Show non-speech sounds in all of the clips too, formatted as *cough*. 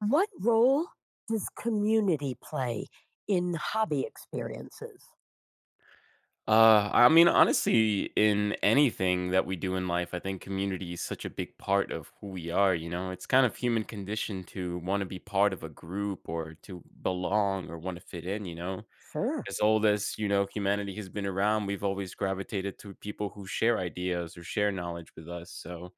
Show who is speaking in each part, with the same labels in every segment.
Speaker 1: What role does community play in hobby experiences?
Speaker 2: Honestly, in anything that we do in life, I think community is such a big part of who we are. You know, it's kind of human condition to want to be part of a group or to belong or want to fit in. You know,
Speaker 1: Sure.
Speaker 2: as old as you know humanity has been around, we've always gravitated to people who share ideas or share knowledge with us. So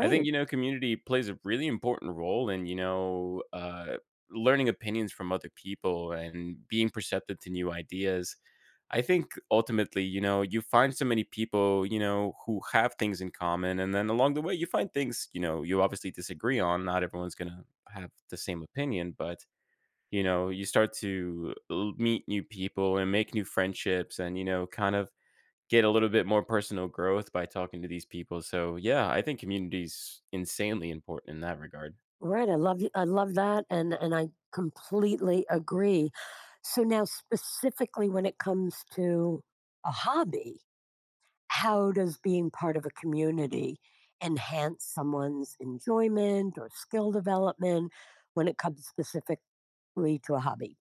Speaker 2: I think you know community plays a really important role in you know learning opinions from other people and being perceptive to new ideas. I think ultimately, you know, you find so many people, you know, who have things in common. And then along the way, you find things, you know, you obviously disagree on. Not everyone's going to have the same opinion, but, you know, you start to meet new people and make new friendships and, you know, kind of get a little bit more personal growth by talking to these people. So, yeah, I think community's insanely important in that regard.
Speaker 1: Right. I love you. I love that. And I completely agree. So now specifically when it comes to a hobby, how does being part of a community enhance someone's enjoyment or skill development when it comes specifically to a hobby?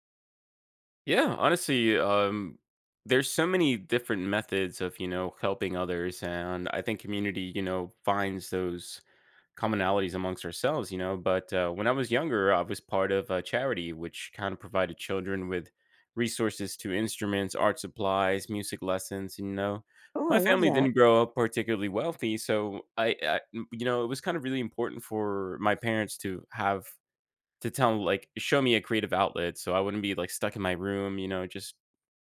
Speaker 2: Yeah, honestly, there's so many different methods of, you know, helping others. And I think community, you know, finds those commonalities amongst ourselves, you know. But when I was younger, I was part of a charity which kind of provided children with resources to instruments, art supplies, music lessons, you know.
Speaker 1: Oh, I
Speaker 2: My
Speaker 1: love
Speaker 2: family
Speaker 1: that.
Speaker 2: didn't grow up particularly wealthy, so I, you know, it was kind of really important for my parents to have to tell like show me a creative outlet so I wouldn't be like stuck in my room, you know, just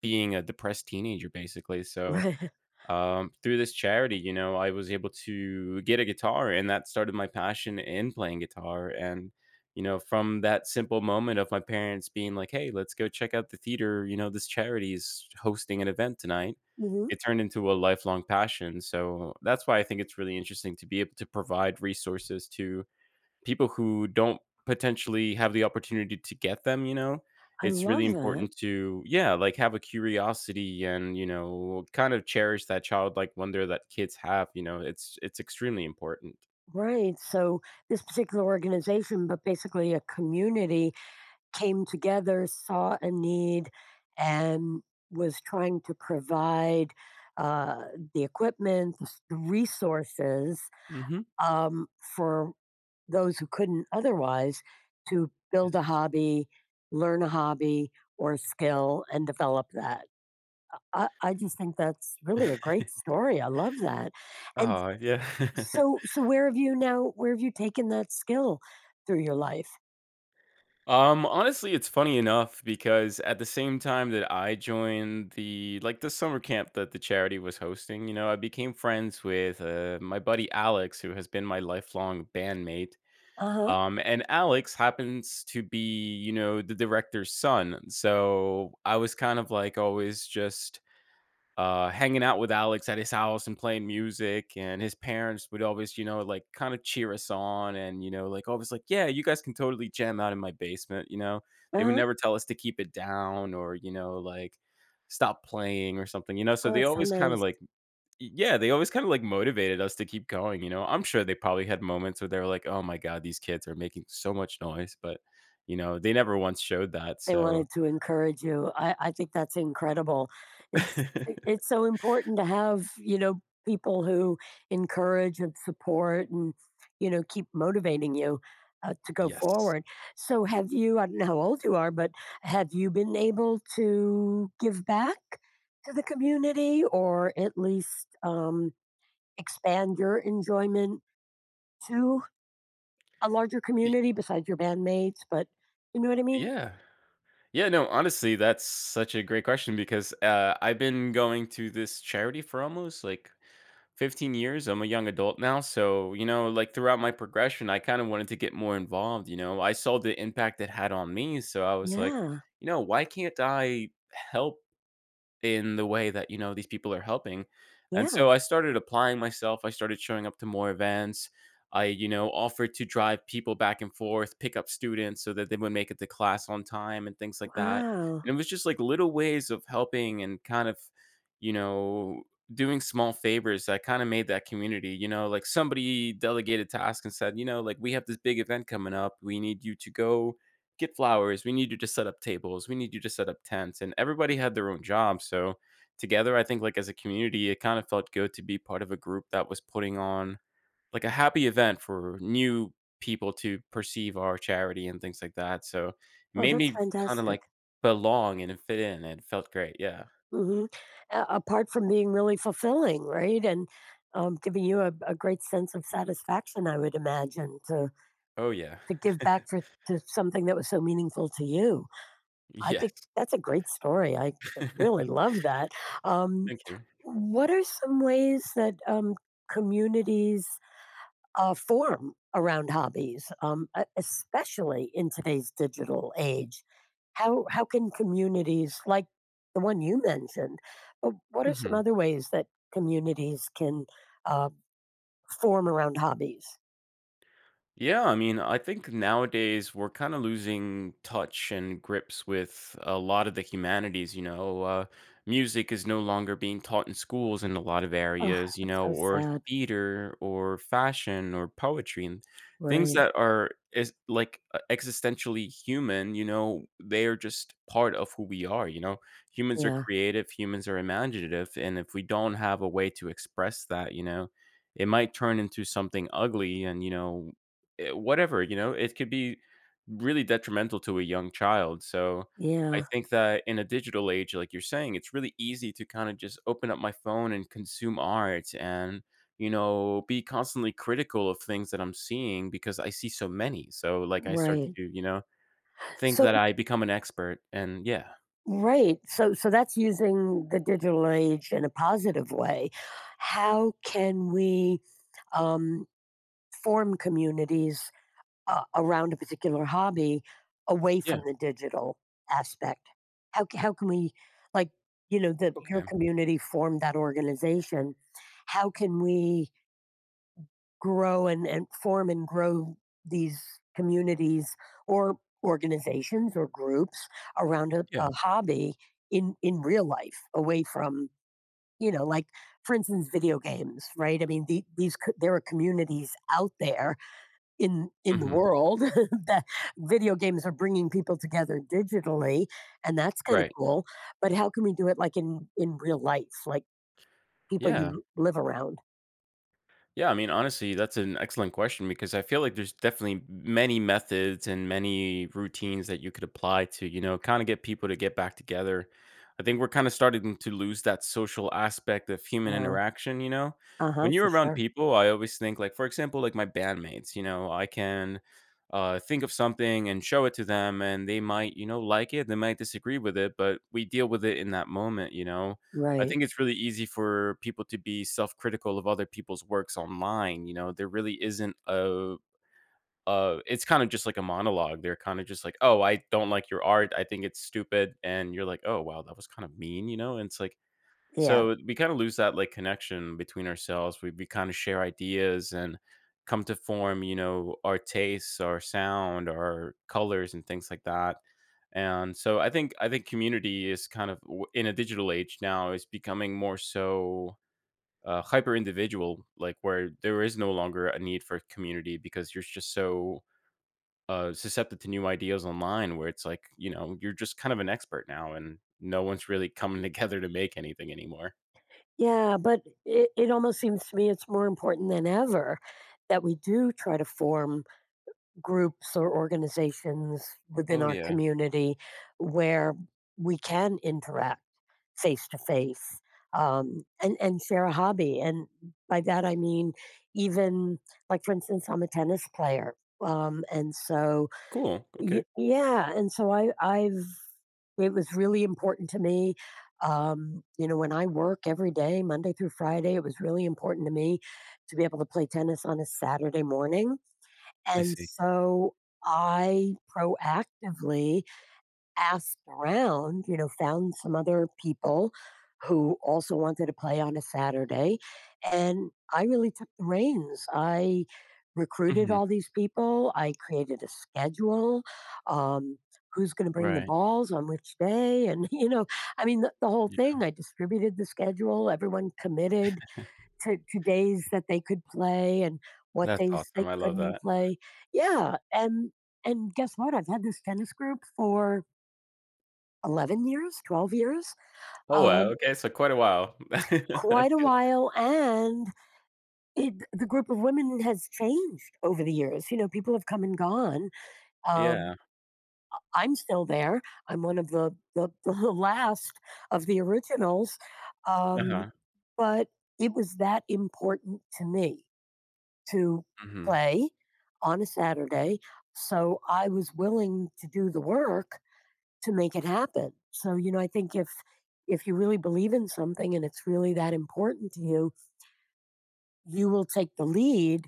Speaker 2: being a depressed teenager basically.
Speaker 1: *laughs*
Speaker 2: So,
Speaker 1: Right.
Speaker 2: through this charity, you know, I was able to get a guitar and that started my passion in playing guitar. And, you know, from that simple moment of my parents being like, "Hey, let's go check out the theater, you know, this charity is hosting an event tonight."
Speaker 1: Mhm.
Speaker 2: It turned into a lifelong passion. So that's why I think it's really interesting to be able to provide resources to people who don't potentially have the opportunity to get them, you know?
Speaker 1: I
Speaker 2: It's
Speaker 1: love
Speaker 2: really
Speaker 1: that.
Speaker 2: important to, yeah, like have a curiosity and, you know, kind of cherish that childlike wonder that kids have, you know? It's extremely important.
Speaker 1: Right. So this particular organization, but basically a community, came together, saw a need, and was trying to provide uh, the equipment, the resources,
Speaker 2: Mhm.
Speaker 1: um, for those who couldn't otherwise to build
Speaker 2: Yes.
Speaker 1: a hobby, learn a hobby or a skill, and develop that. I just think that's really a great story. I love that. And
Speaker 2: Aw, yeah. *laughs*
Speaker 1: so where have you taken that skill through your life?
Speaker 2: Honestly, it's funny enough because at the same time that I joined the like the summer camp that the charity was hosting, you know, I became friends with, my buddy Alex, who has been my lifelong bandmate.
Speaker 1: Uh-huh.
Speaker 2: And Alex happens to be, you know, the director's son. So I was kind of like always just hanging out with Alex at his house and playing music. And his parents would always, you know, like kind of cheer us on and, you know, like always like, yeah, you guys can totally jam out in my basement. You know, they would
Speaker 1: Uh-huh.
Speaker 2: never tell us to keep it down or, you know, like stop playing or something, you know. So
Speaker 1: Oh,
Speaker 2: they
Speaker 1: that's so
Speaker 2: always kind of
Speaker 1: nice.
Speaker 2: like yeah, they always kinda, like, motivated us to keep going, you know? I'm sure they probably had moments where they were like, "Oh my god, these kids are making so much noise," but, you know, they never once showed that,
Speaker 1: They
Speaker 2: so
Speaker 1: wanted to encourage you. I think that's incredible. It's
Speaker 2: *laughs*
Speaker 1: it's so important to have, you know, people who encourage and support and, you know, keep motivating you to go
Speaker 2: Yes.
Speaker 1: forward. So have you I don't know how old you are, but have you been able to give back to the community, or at least expand your enjoyment to a larger
Speaker 2: Y
Speaker 1: community besides your bandmates, but you know what I mean?
Speaker 2: Yeah. Yeah, no, honestly, that's such a great question because, I've been going to this charity for almost, like, 15 years. I'm a young adult now, so, you know, like, throughout my progression, I kinda wanted to get more involved, you know? I saw the impact it had on me, so I was like,
Speaker 1: Yeah,
Speaker 2: "You know, why can't I help in the way that, you know, these people are helping," and
Speaker 1: yeah.
Speaker 2: so I started applying myself, I started showing up to more events. I, you know, offered to drive people back and forth, pick up students so that they would make it to class on time and things like that,
Speaker 1: Wow.
Speaker 2: and it was just, like, little ways of helping and kind of, you know, doing small favors that kinda made that community, you know, like, somebody delegated tasks and said, you know, like, "We have this big event coming up, we need you to go get flowers. We need you to set up tables. We need you to set up tents." And everybody had their own job. So together, I think like as a community, it kind of felt good to be part of a group that was putting on like a happy event for new people to perceive our charity and things like that. So it
Speaker 1: Oh,
Speaker 2: made
Speaker 1: that's
Speaker 2: me kind of
Speaker 1: fantastic.
Speaker 2: like belong and fit in and it felt great. Yeah.
Speaker 1: Hmm. Apart from being really fulfilling, right, and giving you a great sense of satisfaction, I would imagine,
Speaker 2: Oh yeah.
Speaker 1: to give
Speaker 2: *laughs*
Speaker 1: back for to something that was so meaningful to you. I think
Speaker 2: Yes.
Speaker 1: that's a great story. I
Speaker 2: *laughs*
Speaker 1: really love that. Um,
Speaker 2: Thank you.
Speaker 1: what are some ways that communities form around hobbies, especially in today's digital age. How can communities like the one you mentioned? What are some
Speaker 2: Mhm.
Speaker 1: other ways that communities can uh, form around hobbies?
Speaker 2: Yeah, I mean, I think nowadays we're kind of losing touch and grips with a lot of the humanities. You know, music is no longer being taught in schools in a lot of
Speaker 1: Oh,
Speaker 2: areas, you
Speaker 1: that's
Speaker 2: know,
Speaker 1: so
Speaker 2: or
Speaker 1: sad.
Speaker 2: theater or fashion or poetry and things
Speaker 1: Right?
Speaker 2: that are is like existentially human, you know, they are just part of who we are, you know. Humans are
Speaker 1: Yeah.
Speaker 2: creative, humans are imaginative, and if we don't have a way to express that, you know, it might turn into something ugly and you know eh, whatever, you know, it could be really detrimental to a young child, so I
Speaker 1: Yeah.
Speaker 2: think that in a digital age, like you're saying, it's really easy to kinda just open up my phone and consume art and, you know, be constantly critical of things that I'm seeing because I see so many, so, like, I start
Speaker 1: Right.
Speaker 2: to, you know, think
Speaker 1: So
Speaker 2: that I become an expert and yeah.
Speaker 1: right. So that's using the digital age in a positive way. How can we, um, form communities around a particular hobby away
Speaker 2: Yeah,
Speaker 1: from the digital aspect? How can we, like, you know, that your
Speaker 2: okay.
Speaker 1: community formed that organization? How can we grow and form and grow these communities or organizations or groups around
Speaker 2: Yeah,
Speaker 1: a hobby in real life away from, you know, like, for instance, video games, right? I mean, there are communities out there in the
Speaker 2: mhm,
Speaker 1: world *laughs* that video games are bringing people together digitally, and that's kind of
Speaker 2: right.
Speaker 1: cool. But how can we do it, like, in real life, like, people
Speaker 2: Yeah.
Speaker 1: you live around?
Speaker 2: Yeah, I mean, honestly, that's an excellent question because I feel like there's definitely many methods and many routines that you could apply to, you know, kind of get people to get back together. I think we're kind of starting to lose that social aspect of human
Speaker 1: Yeah.
Speaker 2: interaction, you know.
Speaker 1: Uh-huh,
Speaker 2: When
Speaker 1: for
Speaker 2: you're around
Speaker 1: sure.
Speaker 2: people, I always think like for example, like my bandmates, you know, I can think of something and show it to them and they might, you know, like it, they might disagree with it, but we deal with it in that moment, you know. I
Speaker 1: Right.
Speaker 2: think it's really easy for people to be self-critical of other people's works online, you know, there really isn't a it's kind of just like a monologue, they're kinda just like, "Oh, I don't like your art, I think it's stupid," and you're like, "Oh, wow, that was kind of mean," you know, and it's like,
Speaker 1: Yeah.
Speaker 2: so we kind of lose that like connection between ourselves. We kind of share ideas and come to form, you know, our tastes, our sound, our colors, and things like that. And so I think community is kind of in a digital age now is becoming more so hyper individual, like where there is no longer a need for community because you're just so susceptible to new ideas online, where it's like you know you're just kind of an expert now, and no one's really coming *laughs* together to make anything anymore.
Speaker 1: Yeah, but it almost seems to me it's more important than ever that we do try to form groups or organizations within
Speaker 2: Oh
Speaker 1: our
Speaker 2: yeah.
Speaker 1: community where we can interact face to face, and share a hobby. And by that I mean even, like, for instance, I'm a tennis player, and so
Speaker 2: Cool, okay.
Speaker 1: yeah, and so I've it was really important to me. You know, when I work every day, Monday through Friday, it was really important to me to be able to play tennis on a Saturday morning.
Speaker 2: I
Speaker 1: And
Speaker 2: see.
Speaker 1: so I proactively asked around, you know, found some other people who also wanted to play on a Saturday. And I really took the reins. I recruited
Speaker 2: Mhm,
Speaker 1: all these people, I created a schedule. Um, Who's going to bring the
Speaker 2: right,
Speaker 1: balls on which day? And, *laughs* you know, I mean, the whole
Speaker 2: yeah,
Speaker 1: thing, I distributed the schedule. Everyone committed to days that they could play and what
Speaker 2: that's
Speaker 1: days they
Speaker 2: awesome, I love
Speaker 1: couldn't
Speaker 2: that.
Speaker 1: play. Yeah. And guess what? I've had this tennis group for 11 years, 12 years,
Speaker 2: Oh, wow,
Speaker 1: um,
Speaker 2: okay, so quite a while. *laughs*
Speaker 1: quite
Speaker 2: That's
Speaker 1: a
Speaker 2: good.
Speaker 1: while. And it, the group of women has changed over the years. You know, people have come and gone. Um,
Speaker 2: Yeah,
Speaker 1: I'm still there. I'm one of *laughs* the last of the originals. Um,
Speaker 2: uh-huh,
Speaker 1: but it was that important to me to
Speaker 2: mhm.
Speaker 1: play on a Saturday. So I was willing to do the work to make it happen. So, you know, I think if you really believe in something and it's really that important to you, you will take the lead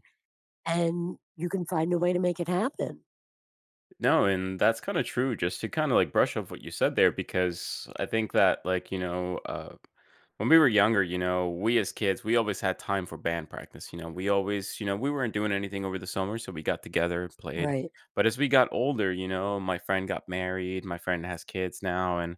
Speaker 1: and you can find a way to make it happen.
Speaker 2: No, and that's kinda true just to kinda, like, brush off what you said there because I think that, like, you know, when we were younger, you know, we as kids, we always had time for band practice. You know, we always, you know, we weren't doing anything over the summer, so we got together, played.
Speaker 1: Right.
Speaker 2: But as we got older, you know, my friend got married, my friend has kids now, and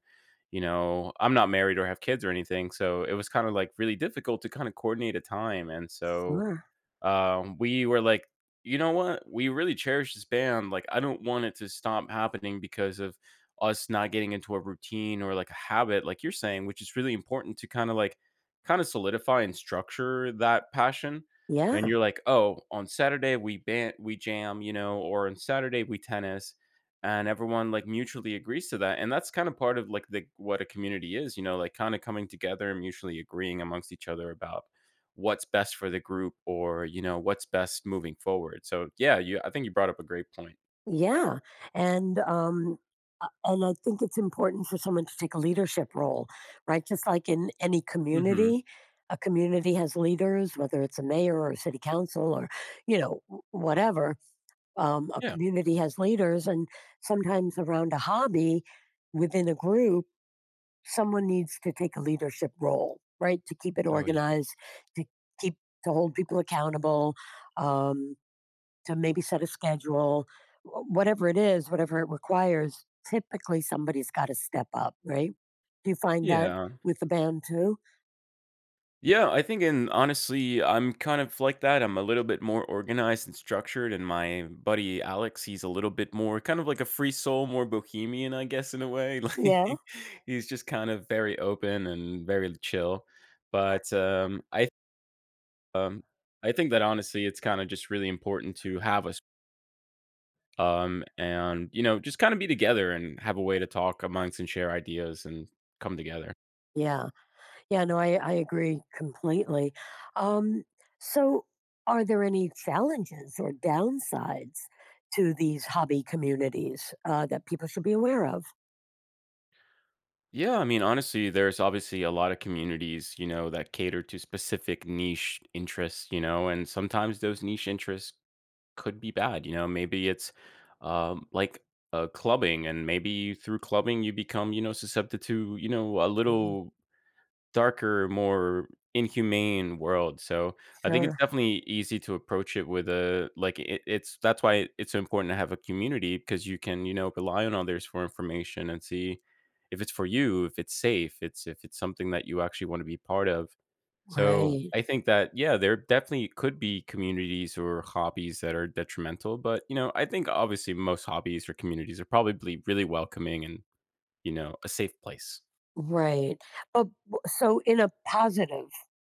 Speaker 2: you know, I'm not married or have kids or anything, so it was kind of like really difficult to kind of coordinate a time. And so,
Speaker 1: Sure.
Speaker 2: we were like, "You know what? We really cherish this band. Like, I don't want it to stop happening because of us not getting into a routine or like a habit, like you're saying, which is really important to kind of like kind of solidify and structure that passion." And
Speaker 1: Yeah.
Speaker 2: you're like, "Oh, on Saturday we band we jam, you know, or on Saturday we tennis." And everyone like mutually agrees to that. And that's kind of part of like the what a community is, you know, like kind of coming together and mutually agreeing amongst each other about what's best for the group or, you know, what's best moving forward. So, yeah, you I think you brought up a great point.
Speaker 1: Yeah. And um and I think it's important for someone to take a leadership role, right? Just like in any
Speaker 2: Mhm.
Speaker 1: community, a community has leaders, whether it's a mayor or a city council or, you know, whatever, a
Speaker 2: Yeah.
Speaker 1: community has leaders, and sometimes around a hobby within a group, someone needs to take a leadership role, right? To keep it
Speaker 2: Oh, yeah.
Speaker 1: organized, to keep to hold people accountable, um, to maybe set a schedule, whatever it is, whatever it requires. Typically, somebody's got to step up, right? Do you find that
Speaker 2: Yeah.
Speaker 1: with the band too?
Speaker 2: Yeah, I think and honestly, I'm kind of like that. I'm a little bit more organized and structured, and my buddy Alex, he's a little bit more kind of like a free soul, more bohemian, I guess, in a way. *laughs*
Speaker 1: Yeah.
Speaker 2: Like he's just kind of very open and very chill. But um, I think that honestly, it's kind of just really important to have a and you know just kind of be together and have a way to talk amongst and share ideas and come together.
Speaker 1: Yeah. Yeah, no, I agree completely. Um, so, are there any challenges or downsides to these hobby communities that people should be aware of?
Speaker 2: Yeah, I mean honestly there's obviously a lot of communities you know that cater to specific niche interests you know and sometimes those niche interests could be bad you know maybe it's like clubbing and maybe through clubbing you become you know susceptible to you know a
Speaker 1: Mm,
Speaker 2: little darker, more inhumane world, so I think it's
Speaker 1: sure.
Speaker 2: definitely easy to approach it with a like, it's that's why it's so important to have a community because you can, you know, rely on others for information and see if it's for you, if it's safe, it's if it's something that you actually wanna be part of. So,
Speaker 1: Right.
Speaker 2: I think that, yeah, there definitely could be communities or hobbies that are detrimental, but, you know, I think obviously most hobbies or communities are probably really welcoming and, you know, a safe place.
Speaker 1: Right. But so, in a positive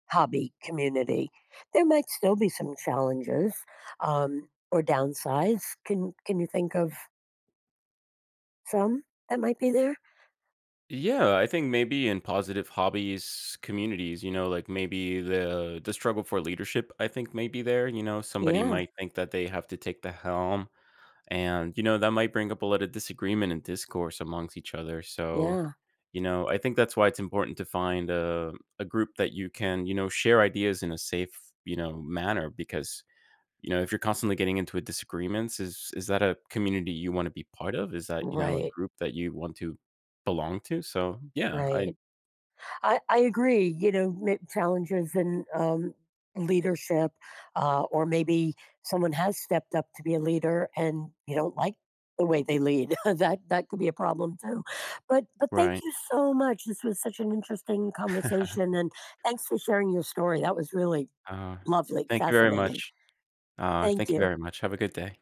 Speaker 1: hobby community, there might still be some challenges or downsides. Can you think of some that might be there?
Speaker 2: Yeah, I think maybe in positive hobbies communities, you know, like maybe the struggle for leadership, I think maybe there. You know, somebody
Speaker 1: Yeah.
Speaker 2: might think that they have to take the helm, and you know that might bring up a lot of disagreement and discourse amongst each other. So,
Speaker 1: Yeah.
Speaker 2: you know, I think that's why it's important to find a group that you can, you know, share ideas in a safe, you know, manner because you know, if you're constantly getting into a disagreements, is that a community you wanna be part of? Is that, you know, a
Speaker 1: Right.
Speaker 2: group that you want to belong to? So, yeah, I
Speaker 1: Right. I agree. You know, challenges in, leadership, or maybe someone has stepped up to be a leader, and you don't like the way they lead. *laughs* That could be a problem too. But thank
Speaker 2: right.
Speaker 1: you so much. This was such an interesting
Speaker 2: *laughs*
Speaker 1: conversation, and thanks for sharing your story. That was really
Speaker 2: Uh,
Speaker 1: lovely,
Speaker 2: thank you very
Speaker 1: fascinating.
Speaker 2: much.
Speaker 1: Thank
Speaker 2: Thank you
Speaker 1: you.
Speaker 2: very much. Have a good day.